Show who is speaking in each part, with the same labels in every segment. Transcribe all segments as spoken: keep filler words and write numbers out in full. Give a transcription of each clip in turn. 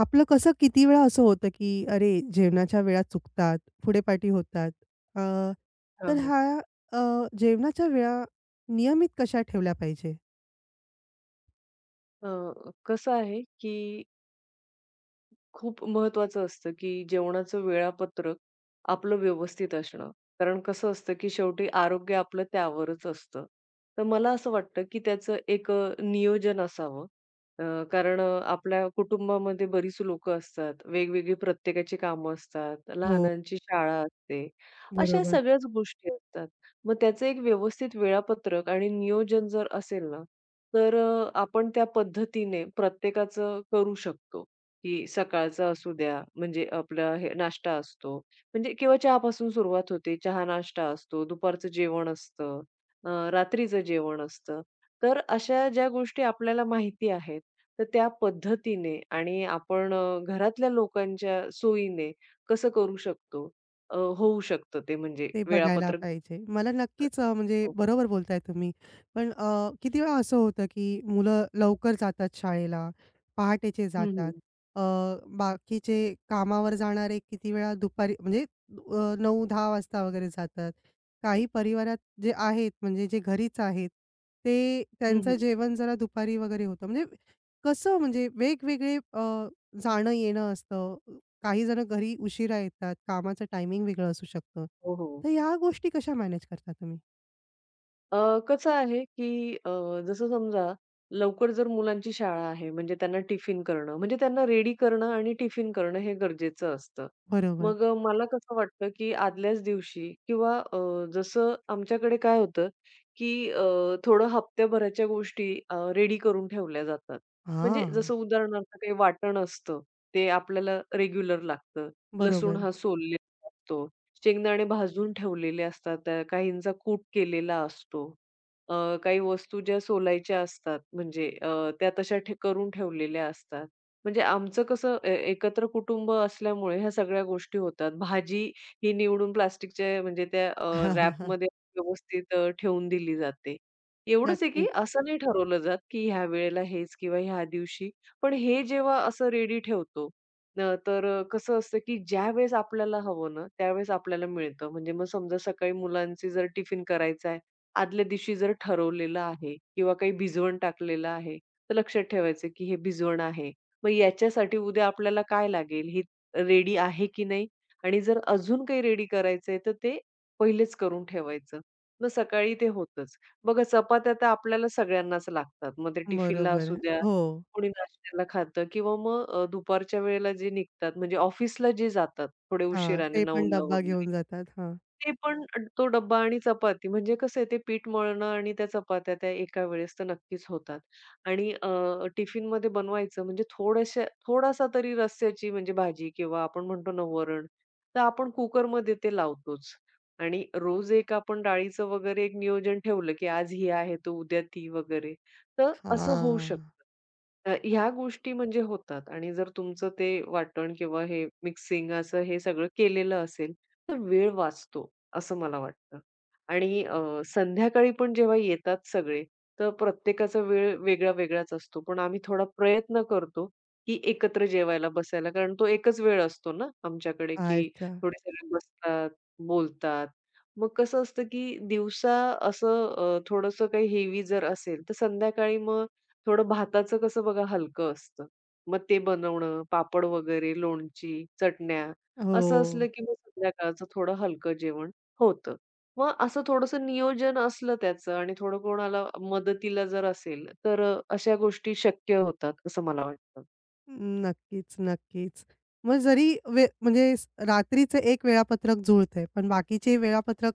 Speaker 1: आपलं कसं किती वेळा असं होतं, की अरे जेवणाच्या वेळा चुकतात, पुढेपाठी होतात. अ,
Speaker 2: हां,
Speaker 1: तर
Speaker 2: हां.
Speaker 1: ह्या अ, जेवणाच्या वेळा नियमित कशा ठेवल्या पाहिजे?
Speaker 2: अ, कसं आहे, की खूप महत्वाचं असतं, की जेवणाचं वेळापत्रक आपलं व्यवस्थित असणं. कारण कसं असतं, की शेवटी आरोग्य आपलं त्यावरच असतं. तर मला असं वाटतं, की त्याचं एक अ, नियोजन असावं. अ, कारण अ, आपल्या कुटुंबामध्ये बरीच लोकं असतात. वेगवेगळी प्रत्येकाची कामं असतात.
Speaker 1: हो,
Speaker 2: लहानांची शाळा असते. अशा
Speaker 1: बरोबर.
Speaker 2: सगळ्याच गोष्टी असतात. मग त्याचं एक व्यवस्थित वेळापत्रक आणि नियोजन जर असेल ना, तर अ, आपण त्या पद्धतीने प्रत्येकाचं करू शकतो. की सकाळचा असू द्या, म्हणजे आपला हे नाश्ता असतो, म्हणजे किंवा चहापासून सुरुवात होते. चहा नाश्ता असतो, दुपारचं जेवण असतं, अ, रात्रीचं जेवण असतं. तर अशा ज्या गोष्टी आपल्याला माहिती आहेत, तर त्या पद्धतीने आणि आपण अ, घरातल्या लोकांच्या सोयीने कसं करू शकतो? अ, होऊ शकतं ते म्हणजे
Speaker 1: ते बघायला
Speaker 2: वेळापत्रक.
Speaker 1: पाहिजे. मला नक्कीच, अ, म्हणजे
Speaker 2: हो, हो.
Speaker 1: बरोबर बोलताय तुम्ही. पण, अ, किती वेळा असं होतं, की मुलं लवकर जातात शाळेला, पहाटेचे
Speaker 2: हं,
Speaker 1: जातात.
Speaker 2: हं.
Speaker 1: अ, बाकीचे कामावर जाणारे किती वेळा दुपारी म्हणजे, अ, नऊ दहा वाजता वगैरे जातात. काही परिवारात जे आहेत, म्हणजे जे घरीच आहेत, ते
Speaker 2: हं,
Speaker 1: त्यांचं
Speaker 2: हं.
Speaker 1: जेवण जरा दुपारी वगैरे होतं. म्हणजे कसं म्हणजे वेगवेगळे अ, जाणं-येणं असतं. काहीजण घरी उशिरा येतात, कामाचं टायमिंग वेगळं असू शकतं.
Speaker 2: हो, हो.
Speaker 1: तर या गोष्टी कशा मॅनेज करता तुम्ही?
Speaker 2: अ, कसं आहे, की अ, जसं समजा लवकर जर मुलांची शाळा आहे, म्हणजे त्यांना टिफिन करणं, म्हणजे त्यांना रेडी करणं आणि टिफिन करणं हे गरजेचं असतं.
Speaker 1: बरोबर.
Speaker 2: मग अ, मला कसं वाटतं, की आदल्याच दिवशी किंवा अ, जसं आमच्याकडे काय होतं, की अ, थोडं हप्त्याभराच्या गोष्टी रेडी करून ठेवल्या जातात. म्हणजे
Speaker 1: हां,
Speaker 2: जसं उदाहरणार्थ काही वाटण असतं, ते आपल्याला रेग्युलर लागतं. लसूण
Speaker 1: बरोबर.
Speaker 2: हा सोललेला असतो. शेंगदाणे भाजून ठेवलेले असतात, त्या काहींचा कूट केलेला असतो. अ, काही वस्तू ज्या सोलायच्या असतात म्हणजे अ, त्या तशा ठे करून ठेवलेल्या असतात. म्हणजे आमचं कसं ए एकत्र कुटुंब असल्यामुळे ह्या सगळ्या गोष्टी होतात. भाजी ही निवडून प्लास्टिकच्या म्हणजे त्या अ,
Speaker 1: हां, हां, हां.
Speaker 2: रॅपमध्ये व्यवस्थित अ, ठेवून दिली जाते. एवढंच आहे की
Speaker 1: नक्कीच.
Speaker 2: असं नाही ठरवलं जात, की ह्या वेळेला हेच किंवा ह्या दिवशी. पण हे जेव्हा असं रेडी ठेवतो, अ, तर अ, कसं असतं, की ज्यावेळेस आपल्याला हवं ना, त्यावेळेस आपल्याला मिळतं. म्हणजे मग समजा सकाळी मुलांचे जर टिफिन करायचा आहे, आदल्या दिवशी जर ठरवलेलं आहे किंवा काही भिजवण टाकलेलं आहे, तर लक्षात ठेवायचं, की हे भिजवण आहे. मग याच्यासाठी उद्या आपल्याला काय लागेल, हे रेडी आहे की नाही आणि जर अजून काही रेडी करायचं आहे, तर ते पहिलेच करून ठेवायचं. मग सकाळी ते होतंच. बघा चपात्या तर आपल्याला सगळ्यांनाच लागतात. मग ते टिफिनला
Speaker 1: बरोबर.
Speaker 2: असू द्या
Speaker 1: हो.
Speaker 2: कोणी नाश्त्याला खातं किंवा मग अ, दुपारच्या वेळेला जे निघतात म्हणजे ऑफिसला जे जातात थोडे
Speaker 1: हां,
Speaker 2: उशिराने
Speaker 1: ते पण
Speaker 2: नऊला
Speaker 1: डब्बा
Speaker 2: वगैरे.
Speaker 1: घेऊन जातात. हां.
Speaker 2: ते पण तो डब्बा आणि चपाती म्हणजे कसं आहे ते पीठ मळणं आणि त्या चपात्या त्या एका वेळेस तर नक्कीच होतात. आणि अ, टिफिनमध्ये बनवायचं म्हणजे थोड्याशा थोडासा तरी रस्स्याची म्हणजे भाजी किंवा आपण म्हणतो ना वरण, तर आपण कुकरमध्ये ते लावतोच. आणि रोज एक आपण डाळीचं वगैरे एक नियोजन ठेवलं, की आज ही आहे तर उद्या ती वगैरे, तर असं होऊ
Speaker 1: हां.
Speaker 2: शकतं. अ, ह्या गोष्टी म्हणजे होतात आणि जर तुमचं ते वाटण किंवा हे मिक्सिंग असं हे सगळं केलेलं असेल, तर वेळ वाचतो. असं मला वाटतं. आणि अ, संध्याकाळी पण जेव्हा येतात सगळे, तर प्रत्येकाचा वेळ वेगळा-वेगळाच असतो. पण आम्ही थोडा प्रयत्न करतो, की एकत्र जेवायला बसायला. कारण तो एकच वेळ असतो ना आमच्याकडे, की
Speaker 1: अच्छा.
Speaker 2: थोडे सगळे बसतात, बोलतात. मग कसं असतं, की दिवसा असं अ, थोडंसं काही हेवी जर असेल, तर संध्याकाळी मग थोडं भाताचं कसं बघा हलकं असतं. मग ते बनवणं, पापड वगैरे, लोणची, चटण्या
Speaker 1: हो.
Speaker 2: असं असलं, की मग संध्याकाळचं थोडं हलकं जेवण होतं. मग असं थोडंसं नियोजन असलं त्याचं आणि थोडं कोणाला मदतीला जर असेल, तर अ, अशा गोष्टी शक्य होतात असं मला वाटतं.
Speaker 1: नक्कीच, नक्कीच. मग जरी वे म्हणजे स रात्रीचं एक वेळापत्रक जुळतंय, पण बाकीचे वेळापत्रक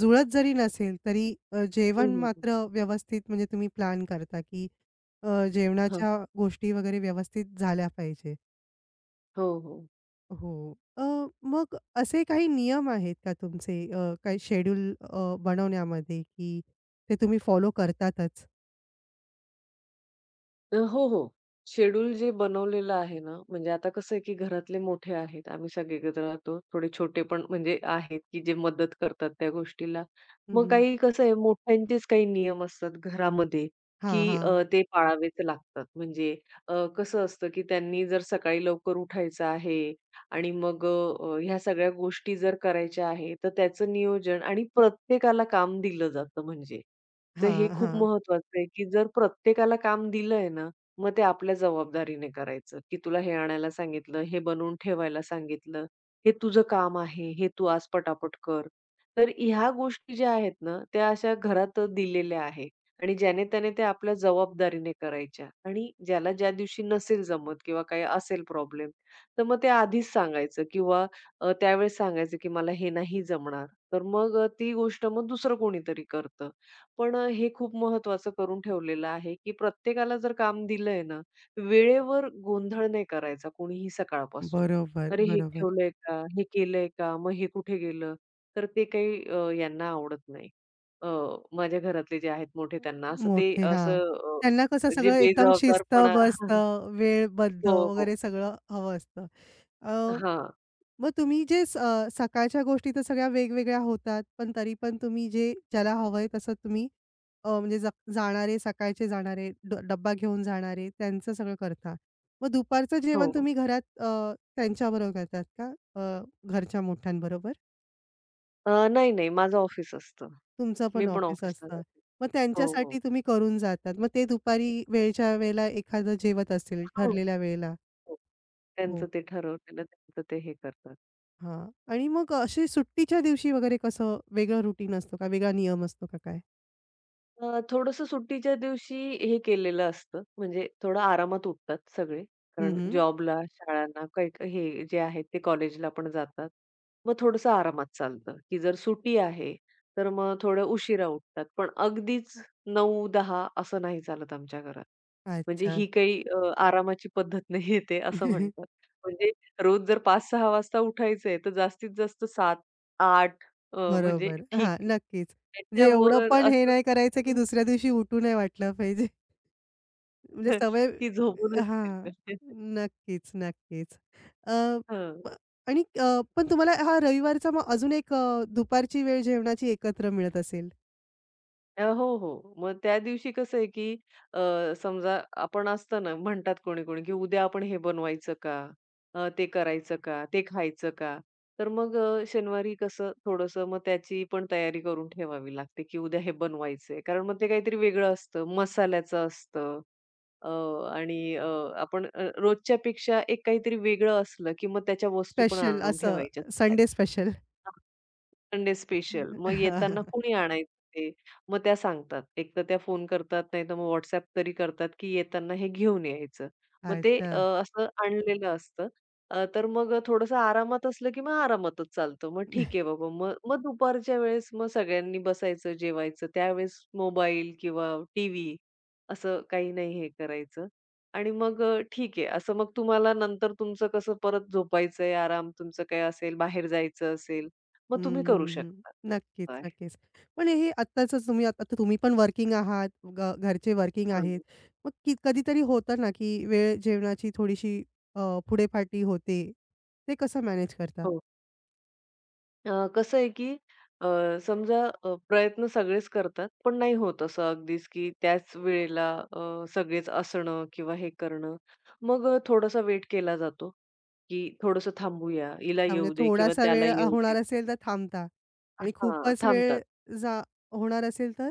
Speaker 1: जुळत जरी नसेल, तरी, अ,
Speaker 2: हं,
Speaker 1: जेवण
Speaker 2: हं, हं.
Speaker 1: मात्र व्यवस्थित म्हणजे तुम्ही प्लॅन करता, की, अ,
Speaker 2: हां.
Speaker 1: जेवणाच्या गोष्टी वगैरे व्यवस्थित झाल्या पाहिजे.
Speaker 2: हो, हो.
Speaker 1: हो. अ, मग असे काही नियम आहेत का तुमचे अ, काही शेड्यूल अ, बनवण्यामध्ये, की ते तुम्ही फॉलो करतातच?
Speaker 2: अ, हो, हो. शेड्यूल जे बनवलेलं आहे ना, म्हणजे आता कसं आहे, की घरातले मोठे आहेत. आम्ही सगळे एकत्र राहतो. थोडे छोटे पण म्हणजे आहेत, की जे मदत करतात त्या गोष्टीला.
Speaker 1: हं,
Speaker 2: मग
Speaker 1: हं.
Speaker 2: काही कसं आहे, मोठ्यांचेच काही नियम असतात घरामध्ये, की
Speaker 1: हां, हां.
Speaker 2: अ, ते पाळावेच लागतात. म्हणजे अ, कसं असतं, की त्यांनी जर सकाळी लवकर उठायचं आहे आणि मग अ, ह्या सगळ्या गोष्टी जर करायच्या आहे, तर त्याचं नियोजन आणि प्रत्येकाला काम दिलं जातं म्हणजे. तर हे
Speaker 1: हां,
Speaker 2: खूप
Speaker 1: हां.
Speaker 2: महत्वाचं आहे, की जर प्रत्येकाला काम दिलंय ना, मग ते आपल्या जबाबदारीने करायचं, की तुला हे आणायला सांगितलं, हे बनवून ठेवायला सांगितलं, हे तुझं काम आहे, हे तू आज पटापट कर. तर ह्या गोष्टी ज्या आहेत ना, त्या अशा घरात दिलेल्या आहे आणि ज्याने-त्याने त्या आपल्या जबाबदारीने करायच्या आणि ज्याला ज्या दिवशी नसेल जमत किंवा काही असेल प्रॉब्लेम, तर मग ते आधीच सांगायचं किंवा अ, त्यावेळेस सांगायचं, की मला हे नाही जमणार. तर मग अ, ती गोष्ट मग दुसरं कोणीतरी करतं. पण अ, हे खूप महत्त्वाचं करून ठेवलेलं आहे, की प्रत्येकाला जर काम दिलंय ना, वेळेवर गोंधळ नाही करायचा कोणीही सकाळपासून.
Speaker 1: बरोबर,
Speaker 2: "अरे, हे
Speaker 1: बरोबर.
Speaker 2: ठेवलंय का? हे केलंय का? मग हे कुठे गेलं?" तर ते काही अ, यांना आवडत नाही. अ, माझ्या घरातले जे आहेत मोठे त्यांना असं ते
Speaker 1: मोठे हां.
Speaker 2: असं
Speaker 1: त्यांना कसं
Speaker 2: अ, जे
Speaker 1: सगळं एकदम
Speaker 2: बेजबाबदारपणा
Speaker 1: शिस्तबद्ध, वेळबद्ध
Speaker 2: हो, हो.
Speaker 1: वगैरे सगळं हवं असतं. अ
Speaker 2: हां,
Speaker 1: मग तुम्ही जे स अ, सकाळच्या गोष्टी तर सगळ्या वेगवेगळ्या होतात, पण तरी पण तुम्ही जे ज्याला हवंय तसं तुम्ही, अ, म्हणजे ज जाणारे, सकाळचे जाणारे, ड डब्बा घेऊन जाणारे, त्यांचं सगळं करता. मग दुपारचं जेवण
Speaker 2: हो.
Speaker 1: तुम्ही घरात, अ, त्यांच्याबरोबर करतात का? अ, घरच्या मोठ्यांबरोबर?
Speaker 2: अ, नाही, नाही. माझं ऑफिस असतं.
Speaker 1: तुमचं
Speaker 2: मी
Speaker 1: पण
Speaker 2: पण
Speaker 1: ऑफिस
Speaker 2: ऑफिसला
Speaker 1: असतं.
Speaker 2: जाते.
Speaker 1: मग
Speaker 2: हो, हो.
Speaker 1: त्यांच्यासाठी तुम्ही करून जातात. मग ते दुपारी वेळच्या वेळेला एखादं जेवत असतील
Speaker 2: हो,
Speaker 1: ठरलेल्या वेळेला.
Speaker 2: हो. त्यांचं
Speaker 1: हो.
Speaker 2: ते ठरवलेलं त्यांचं ते हे करतात.
Speaker 1: हां. आणि मग अशी सुट्टीच्या दिवशी वगैरे कसं वेगळं रुटीन असतो का? वेगळा नियम असतो का काय?
Speaker 2: अ, थोडंसं सुट्टीच्या दिवशी हे केलेलं असतं, म्हणजे थोडं आरामात उठतात सगळे.
Speaker 1: हं,
Speaker 2: कारण
Speaker 1: हं.
Speaker 2: जॉबला, शाळांना काही काही हे जे आहेत ते कॉलेजला पण जातात. मग थोडंसं आरामात चालतं, की जर सुट्टी आहे, तर मग थोडं उशिरा उठतात. पण अगदीच नऊ दहा असं नाही चालत आमच्या घरात. म्हणजे
Speaker 1: अच्छा.
Speaker 2: ही काही अ, आरामाची पद्धत नाहीये ते असं म्हणतात. म्हणजे रोज जर पाच सहा वाजता उठायचंय, तर जास्तीत जास्त सात आठ अ, म्हणजे
Speaker 1: बरोबर.
Speaker 2: ठीक
Speaker 1: हां,
Speaker 2: आहे.
Speaker 1: नक्कीच. म्हणजे एवढं
Speaker 2: त्याच्यावर
Speaker 1: पण हे
Speaker 2: असं
Speaker 1: नाही करायचं, की दुसऱ्या दिवशी उठू नाही वाटलं पाहिजे. म्हणजे सवय
Speaker 2: ती झोपूनच
Speaker 1: हां.
Speaker 2: गेली.
Speaker 1: नक्कीच, नक्कीच. अ,
Speaker 2: हं.
Speaker 1: प आणि, अ, पण तुम्हाला हा रविवारचा मग अजून एक अ, दुपारची वेळ जेवणाची एकत्र मिळत असेल.
Speaker 2: अ, हो, हो. मग त्या दिवशी कसं आहे, की अ, समजा आपण असतं ना, म्हणतात कोणी-कोणी, की उद्या आपण हे बनवायचं का? अ, ते करायचं का? ते खायचं का? तर मग अ, शनिवारी कसं थोडंसं मग त्याची पण तयारी करून ठेवावी लागते, की उद्या हे बनवायचंय. कारण मग ते काहीतरी वेगळं असतं, मसाल्याचं असतं. अ, आणि अ, आपण अ, रोजच्यापेक्षा एक काहीतरी वेगळं असलं, की मग त्याच्या वस्तू पण
Speaker 1: स्पेशल
Speaker 2: आणून
Speaker 1: असं
Speaker 2: ठेवायच्या असतात.
Speaker 1: Sunday special.
Speaker 2: Sunday special. मग येताना कोणी आणायचं ते? मग त्या सांगतात. एकतर त्या फोन करतात, नाहीतर मग WhatsApp तरी करतात, की येताना हे घेऊन यायचं. मग ते अ,
Speaker 1: अच्छा.
Speaker 2: असं आणलेलं असतं. अ, तर मग थोडंसं आरामात असलं, की मग आरामातच चालतं. मग ठीक आहे बाबा. मग मग दुपारच्या वेळेस मग सगळ्यांनी बसायचं, जेवायचं. त्यावेळेस मोबाईल किंवा टीव्ही असं काही नाही हे करायचं. आणि मग अ, ठीक आहे. असं मग तुम्हाला नंतर तुमचं कसं परत झोपायचंय, आराम तुमचं काही असेल, बाहेर जायचं असेल मग
Speaker 1: हं,
Speaker 2: तुम्ही करू
Speaker 1: हं, हं.
Speaker 2: शकता.
Speaker 1: नक्कीच,
Speaker 2: काय
Speaker 1: नक्कीच. पण हे आत्ताचं तुम्ही आता आता तुम्ही पण वर्किंग आहात, घ घरचे वर्किंग
Speaker 2: हां.
Speaker 1: आहेत. मग की कधीतरी होतं ना, की वेळ जेवणाची थोडीशी, अ, पुढेपाठी होते. ते कसं मॅनेज करता?
Speaker 2: हो. अ, कसं आहे की अ, समजा अ, प्रयत्न सगळेच करतात, पण नाही होत असं अगदीच की त्याच वेळेला अ, सगळेच असणं किंवा हे करणं. मग अ, थोडासा वेट केला जातो, की थोडंसं थांबूया, हिला
Speaker 1: अच्छा, म्हणजे
Speaker 2: येऊ दे किंवा
Speaker 1: थोडासा
Speaker 2: त्याला
Speaker 1: वेळ, अ,
Speaker 2: येऊ दे.
Speaker 1: होणार असेल तर थांबता आणि
Speaker 2: हां,
Speaker 1: खूपच
Speaker 2: थांबतात.
Speaker 1: वेळ जा होणार असेल तर?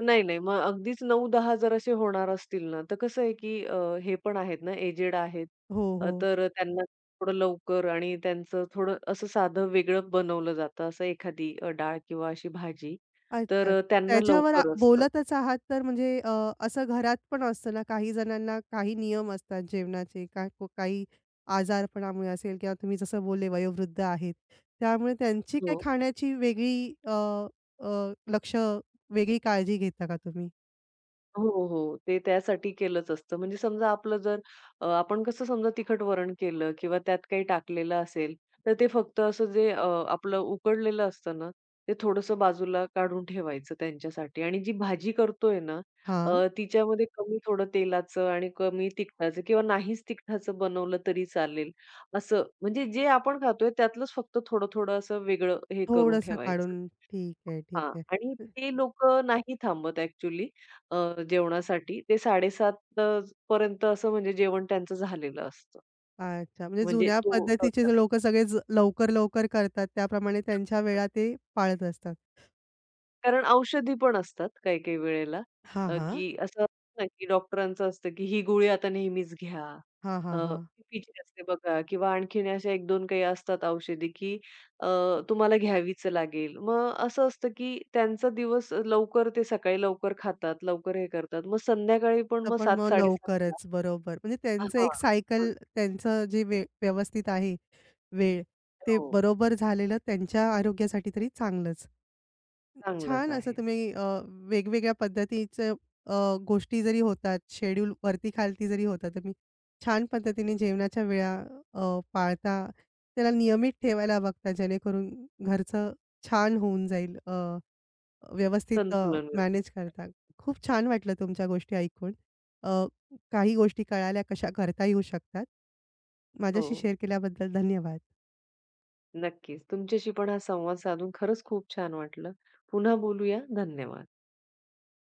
Speaker 2: नाही, नाही. मग अगदीच नऊ दहा असे होणार असतील ना, तर कसं आहे, की अ, हे पण आहेत ना, एजेड आहेत.
Speaker 1: हो,
Speaker 2: अ,
Speaker 1: हो.
Speaker 2: तर त्यांना थोडं लवकर आणि त्यांचं थोडं असं साधं वेगळं बनवलं जातं, असं एखादी अ, डाळ किंवा अशी भाजी. तर
Speaker 1: अच्छा.
Speaker 2: अ, त्यांना
Speaker 1: त्याच्यावर आ
Speaker 2: लवकर असतं.
Speaker 1: बोलतच आहात तर म्हणजे, अ, असं घरात पण असतं ना, काही जणांना काही नियम असतात जेवणाचे, का को- काही आजारपणामुळे असेल किंवा तुम्ही जसं बोलले वयोवृद्ध आहेत. त्यामुळे त्यांची काही
Speaker 2: हो.
Speaker 1: खाण्याची वेगळी अ, अ, लक्ष वेगळी काळजी घेता का तुम्ही?
Speaker 2: हो, हो. ते त्यासाठी केलंच असतं. म्हणजे समजा आपलं जर अ, आपण कसं समजा तिखट वरण केलं किंवा त्यात काही टाकलेलं असेल, तर ते फक्त असं जे अ, आपलं उकडलेलं असतं ना, ते थोडंसं बाजूला काढून ठेवायचं त्यांच्यासाठी आणि जी भाजी करतोय ना, अ,
Speaker 1: हां.
Speaker 2: तिच्यामध्ये कमी थोडं तेलाचं आणि कमी तिखटाचं किंवा नाहीच तिखटाचं बनवलं तरी चालेल. असं म्हणजे जे आपण खातोय त्यातलंच फक्त थोडं-थोडं असं वेगळं हे करून
Speaker 1: थोडंसं
Speaker 2: ठेवायचं.
Speaker 1: काढून. ठीक आहे, ठीक
Speaker 2: हां.
Speaker 1: आहे.
Speaker 2: आणि ते लोक नाही थांबत ॲक्चुअली अ, जेवणासाठी. ते साडे सात पर्यंत असं म्हणजे जेवण त्यांचं झालेलं असतं.
Speaker 1: अच्छा. म्हणजे
Speaker 2: म्हणजे
Speaker 1: जुन्या
Speaker 2: तो
Speaker 1: पद्धतीचे लोकं सगळेच लवकर, लवकर करतात त्याप्रमाणे त्यांच्या वेळा ते पाळत असतात.
Speaker 2: कारण औषधी पण असतात काही-काही वेळेला
Speaker 1: हां,
Speaker 2: अ,
Speaker 1: हां.
Speaker 2: की असं असतं ना, की डॉक्टरांचं असतं, की ही गोळी आता नेहमीच घ्या.
Speaker 1: हां, हां,
Speaker 2: अ,
Speaker 1: हां.
Speaker 2: बीपीची असते बघा किंवा आणखीन अशा एक दोन काही असतात औषधी, की अ, तुम्हाला घ्यावीच लागेल. मग असं असतं, की त्यांचा दिवस लवकर ते सकाळी लवकर खातात, लवकर हे करतात. मग संध्याकाळी पण
Speaker 1: तर
Speaker 2: मग
Speaker 1: पण मग
Speaker 2: सात-7:30ला
Speaker 1: लवकरच, बरोबर. म्हणजे
Speaker 2: हां.
Speaker 1: त्यांचं एक सायकल त्यांचं जे वे व्यवस्थित आहे वेळ, ते
Speaker 2: हो,
Speaker 1: बरोबर झालेलं त्यांच्या आरोग्यासाठी तरी चांगलंच.
Speaker 2: चांगलंच
Speaker 1: छान असं
Speaker 2: आहे.
Speaker 1: तुम्ही, अ, वेगवेगळ्या पद्धतीचं अ, गोष्टी जरी होतात, शेड्यूल वरती-खालती जरी होतात, तुम्ही छान पद्धतीने जेवणाच्या वेळा, अ, पाळता. त्याला नियमित ठेवायला बघता जेणेकरून घरचं छान होऊन जाईल. अ व्यवस्थित, अ,
Speaker 2: संतुलन
Speaker 1: मॅनेज
Speaker 2: व्यवस्थित.
Speaker 1: करता. खूप छान वाटलं तुमच्या गोष्टी ऐकून. अ, काही गोष्टी कळाल्या कशा करता येऊ शकतात.
Speaker 2: हो.
Speaker 1: माझ्याशी शेअर केल्याबद्दल धन्यवाद.
Speaker 2: नक्कीच. तुमच्याशी पण हा संवाद साधून खरंच खूप छान वाटलं. पुन्हा बोलूया. धन्यवाद.